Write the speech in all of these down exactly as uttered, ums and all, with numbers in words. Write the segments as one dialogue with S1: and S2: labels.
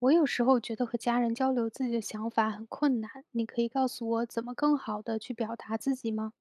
S1: 我有时候觉得和家人交流自己的想法很困难，你可以告诉我怎么更好的去表达自己吗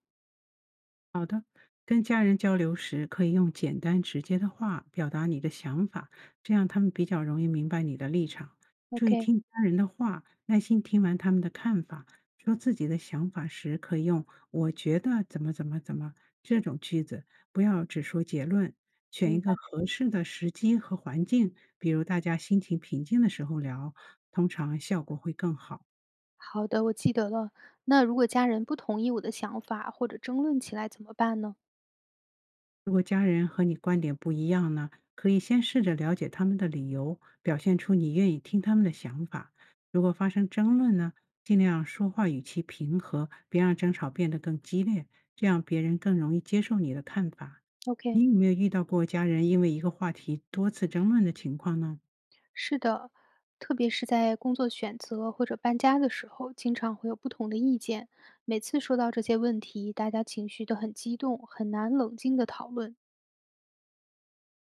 S2: 好的，跟家人交流时可以用简单直接的话表达你的想法，这样他们比较容易明白你的立场。注意
S1: ？OK。
S2: 听家人的话，耐心听完他们的看法。说自己的想法时，可以用“我觉得怎么怎么怎么”这种句子，不要只说结论。选
S1: 明
S2: 一个
S1: 白。
S2: 合适的时机和环境，比如大家心情平静的时候聊，通常效果会更好。
S1: 好的，我记得了。那如果家人不同意我的想法或者争论起来怎么办呢
S2: 如果家人和你观点不一样呢，可以先试着了解他们的理由，表现出你愿意听他们的想法。如果发生争论呢，尽量说话语气平和，别让争吵变得更激烈，这样别人更容易接受你的看法。你
S1: ？OK。
S2: 有没有遇到过家人因为一个话题多次争论的情况呢？
S1: 是的，特别是在工作选择或者搬家的时候，经常会有不同的意见。每次说到这些问题，大家情绪都很激动，很难冷静的讨论。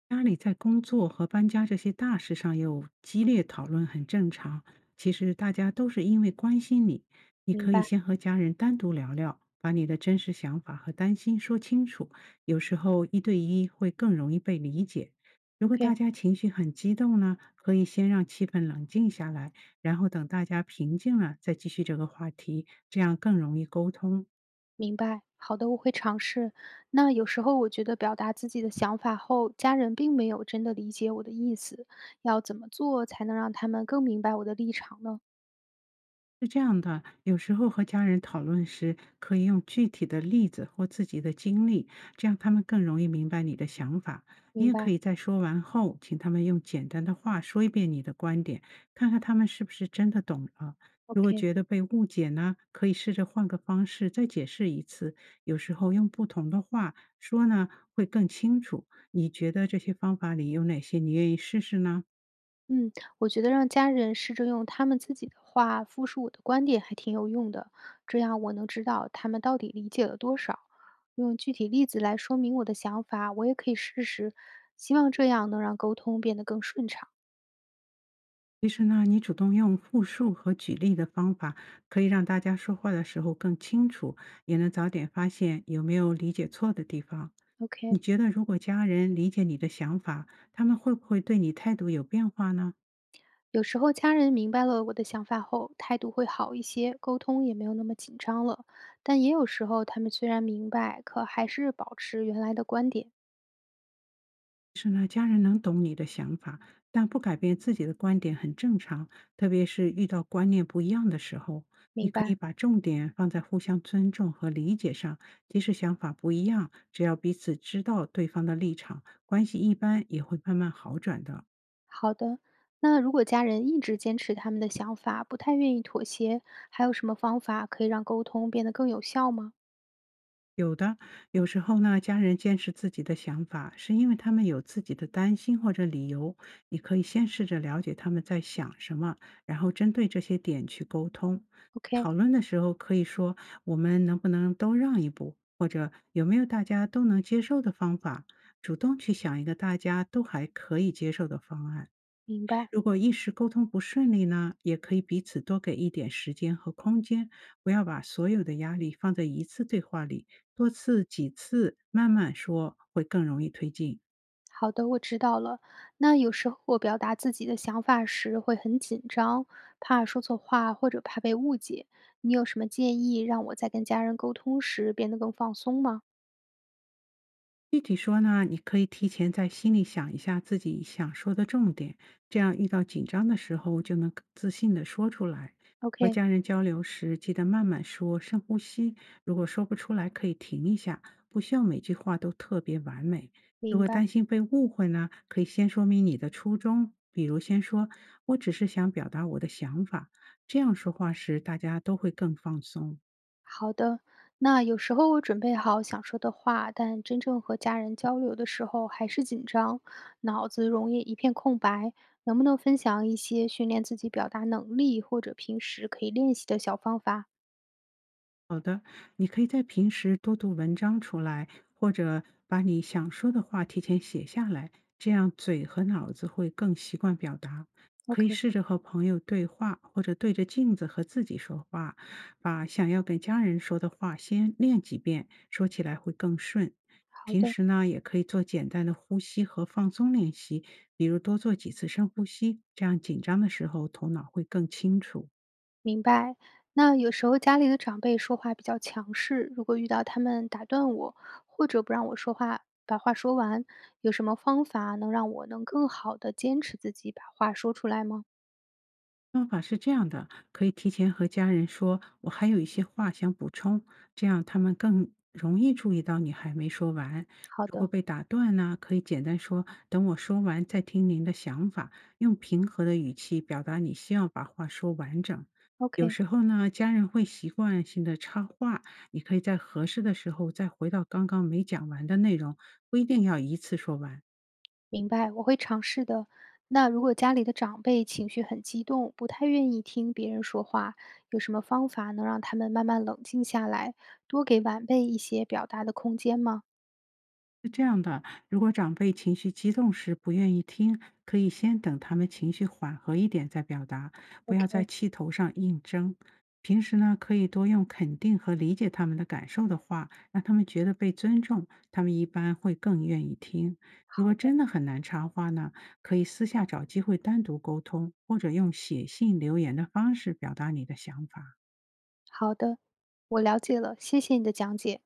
S2: 家里在工作和搬家这些大事上有激烈讨论很正常。其实大家都是因为关心你，你
S1: 明
S2: 可以
S1: 白。
S2: 先和家人单独聊聊，把你的真实想法和担心说清楚。有时候一对一会更容易被理解。如果大
S1: OK。
S2: 家情绪很激动呢，可以先让气氛冷静下来，然后等大家平静了再继续这个话题，这样更容易沟通。
S1: 明白，好的，我会尝试。那有时候我觉得表达自己的想法后，家人并没有真的理解我的意思，要怎么做才能让他们更明白我的立场呢？
S2: 是这样的，有时候和家人讨论时，可以用具体的例子或自己的经历，这样他们更容易明白你的想法。你
S1: 明
S2: 也可
S1: 白
S2: 以在说完后，请他们用简单的话说一遍你的观点，看看他们是不是真的懂了。如果
S1: ，OK。
S2: 觉得被误解呢，可以试着换个方式再解释一次。有时候用不同的话说呢，会更清楚。你觉得这些方法里有哪些你愿意试试呢？
S1: 嗯，我觉得让家人试着用他们自己的话复述我的观点还挺有用的，这样我能知道他们到底理解了多少。用具体例子来说明我的想法，我也可以试试，希望这样能让沟通变得更顺畅。
S2: 其实呢，你主动用复述和举例的方法，可以让大家说话的时候更清楚，也能早点发现有没有理解错的地方。你
S1: OK。
S2: 觉得，如果家人理解你的想法，他们会不会对你态度有变化呢？
S1: 有时候家人明白了我的想法后，态度会好一些，沟通也没有那么紧张了。但也有时候他们虽然明白，可还是保持原来的观点。
S2: 是呢，家人能懂你的想法，但不改变自己的观点很正常，特别是遇到观念不一样的时候，你
S1: 明
S2: 可以
S1: 白，
S2: 把重点放在互相尊重和理解上。即使想法不一样，只要彼此知道对方的立场，关系一般也会慢慢好转的。
S1: 好的。那如果家人一直坚持他们的想法，不太愿意妥协，还有什么方法可以让沟通变得更有效吗
S2: 有的，有时候呢，家人坚持自己的想法，是因为他们有自己的担心或者理由。你可以先试着了解他们在想什么，然后针对这些点去沟通。
S1: ？OK。
S2: 讨论的时候可以说，我们能不能都让一步，或者有没有大家都能接受的方法，主动去想一个大家都还可以接受的方案。
S1: 明白。
S2: 如果一时沟通不顺利呢，也可以彼此多给一点时间和空间，不要把所有的压力放在一次对话里，多次几次慢慢说，会更容易推进。
S1: 好的，我知道了。那有时候我表达自己的想法时会很紧张，怕说错话或者怕被误解。你有什么建议让我在跟家人沟通时变得更放松吗
S2: 具体说呢，你可以提前在心里想一下自己想说的重点，这样遇到紧张的时候就能更自信的说出来。和
S1: ？OK。
S2: 家人交流时，记得慢慢说，深呼吸。如果说不出来，可以停一下，不需要每句话都特别完美。如
S1: 明
S2: 果
S1: 白。
S2: 担心被误会呢，可以先说明你的初衷，比如先说“我只是想表达我的想法”，这样说话时大家都会更放松。
S1: 好的。那有时候我准备好想说的话，但真正和家人交流的时候还是紧张，脑子容易一片空白。能不能分享一些训练自己表达能力或者平时可以练习的小方法
S2: 好的，你可以在平时多读文章出来，或者把你想说的话提前写下来，这样嘴和脑子会更习惯表达。可以
S1: ？OK。
S2: 试着和朋友对话，或者对着镜子和自己说话，把想要跟家人说的话先练几遍，说起来会更顺。
S1: 好
S2: 平
S1: 的。
S2: 时呢，也可以做简单的呼吸和放松练习，比如多做几次深呼吸，这样紧张的时候头脑会更清楚。
S1: 明白。那有时候家里的长辈说话比较强势，如果遇到他们打断我，或者不让我说话，把话说完，有什么方法能让我能更好的坚持自己把话说出来吗？
S2: 方法是这样的，可以提前和家人说，我还有一些话想补充，这样他们更容易注意到你还没说完。
S1: 好
S2: 如果
S1: 的
S2: 被打断呢，可以简单说，等我说完再听您的想法，用平和的语气表达你希望把话说完整。有
S1: ，OK。
S2: 时候呢，家人会习惯性的插话，你可以在合适的时候再回到刚刚没讲完的内容，不一定要一次说完。
S1: 明白，我会尝试的。那如果家里的长辈情绪很激动，不太愿意听别人说话，有什么方法能让他们慢慢冷静下来，多给晚辈一些表达的空间吗
S2: 是这样的，如果长辈情绪激动时不愿意听，可以先等他们情绪缓和一点再表达，不要在
S1: ？OK。
S2: 气头上硬争。平时呢，可以多用肯定和理解他们的感受的话，让他们觉得被尊重，他们一般会更愿意听。如
S1: 好
S2: 果
S1: 的。
S2: 真的很难插话呢，可以私下找机会单独沟通，或者用写信、留言的方式表达你的想法。
S1: 好的，我了解了，谢谢你的讲解。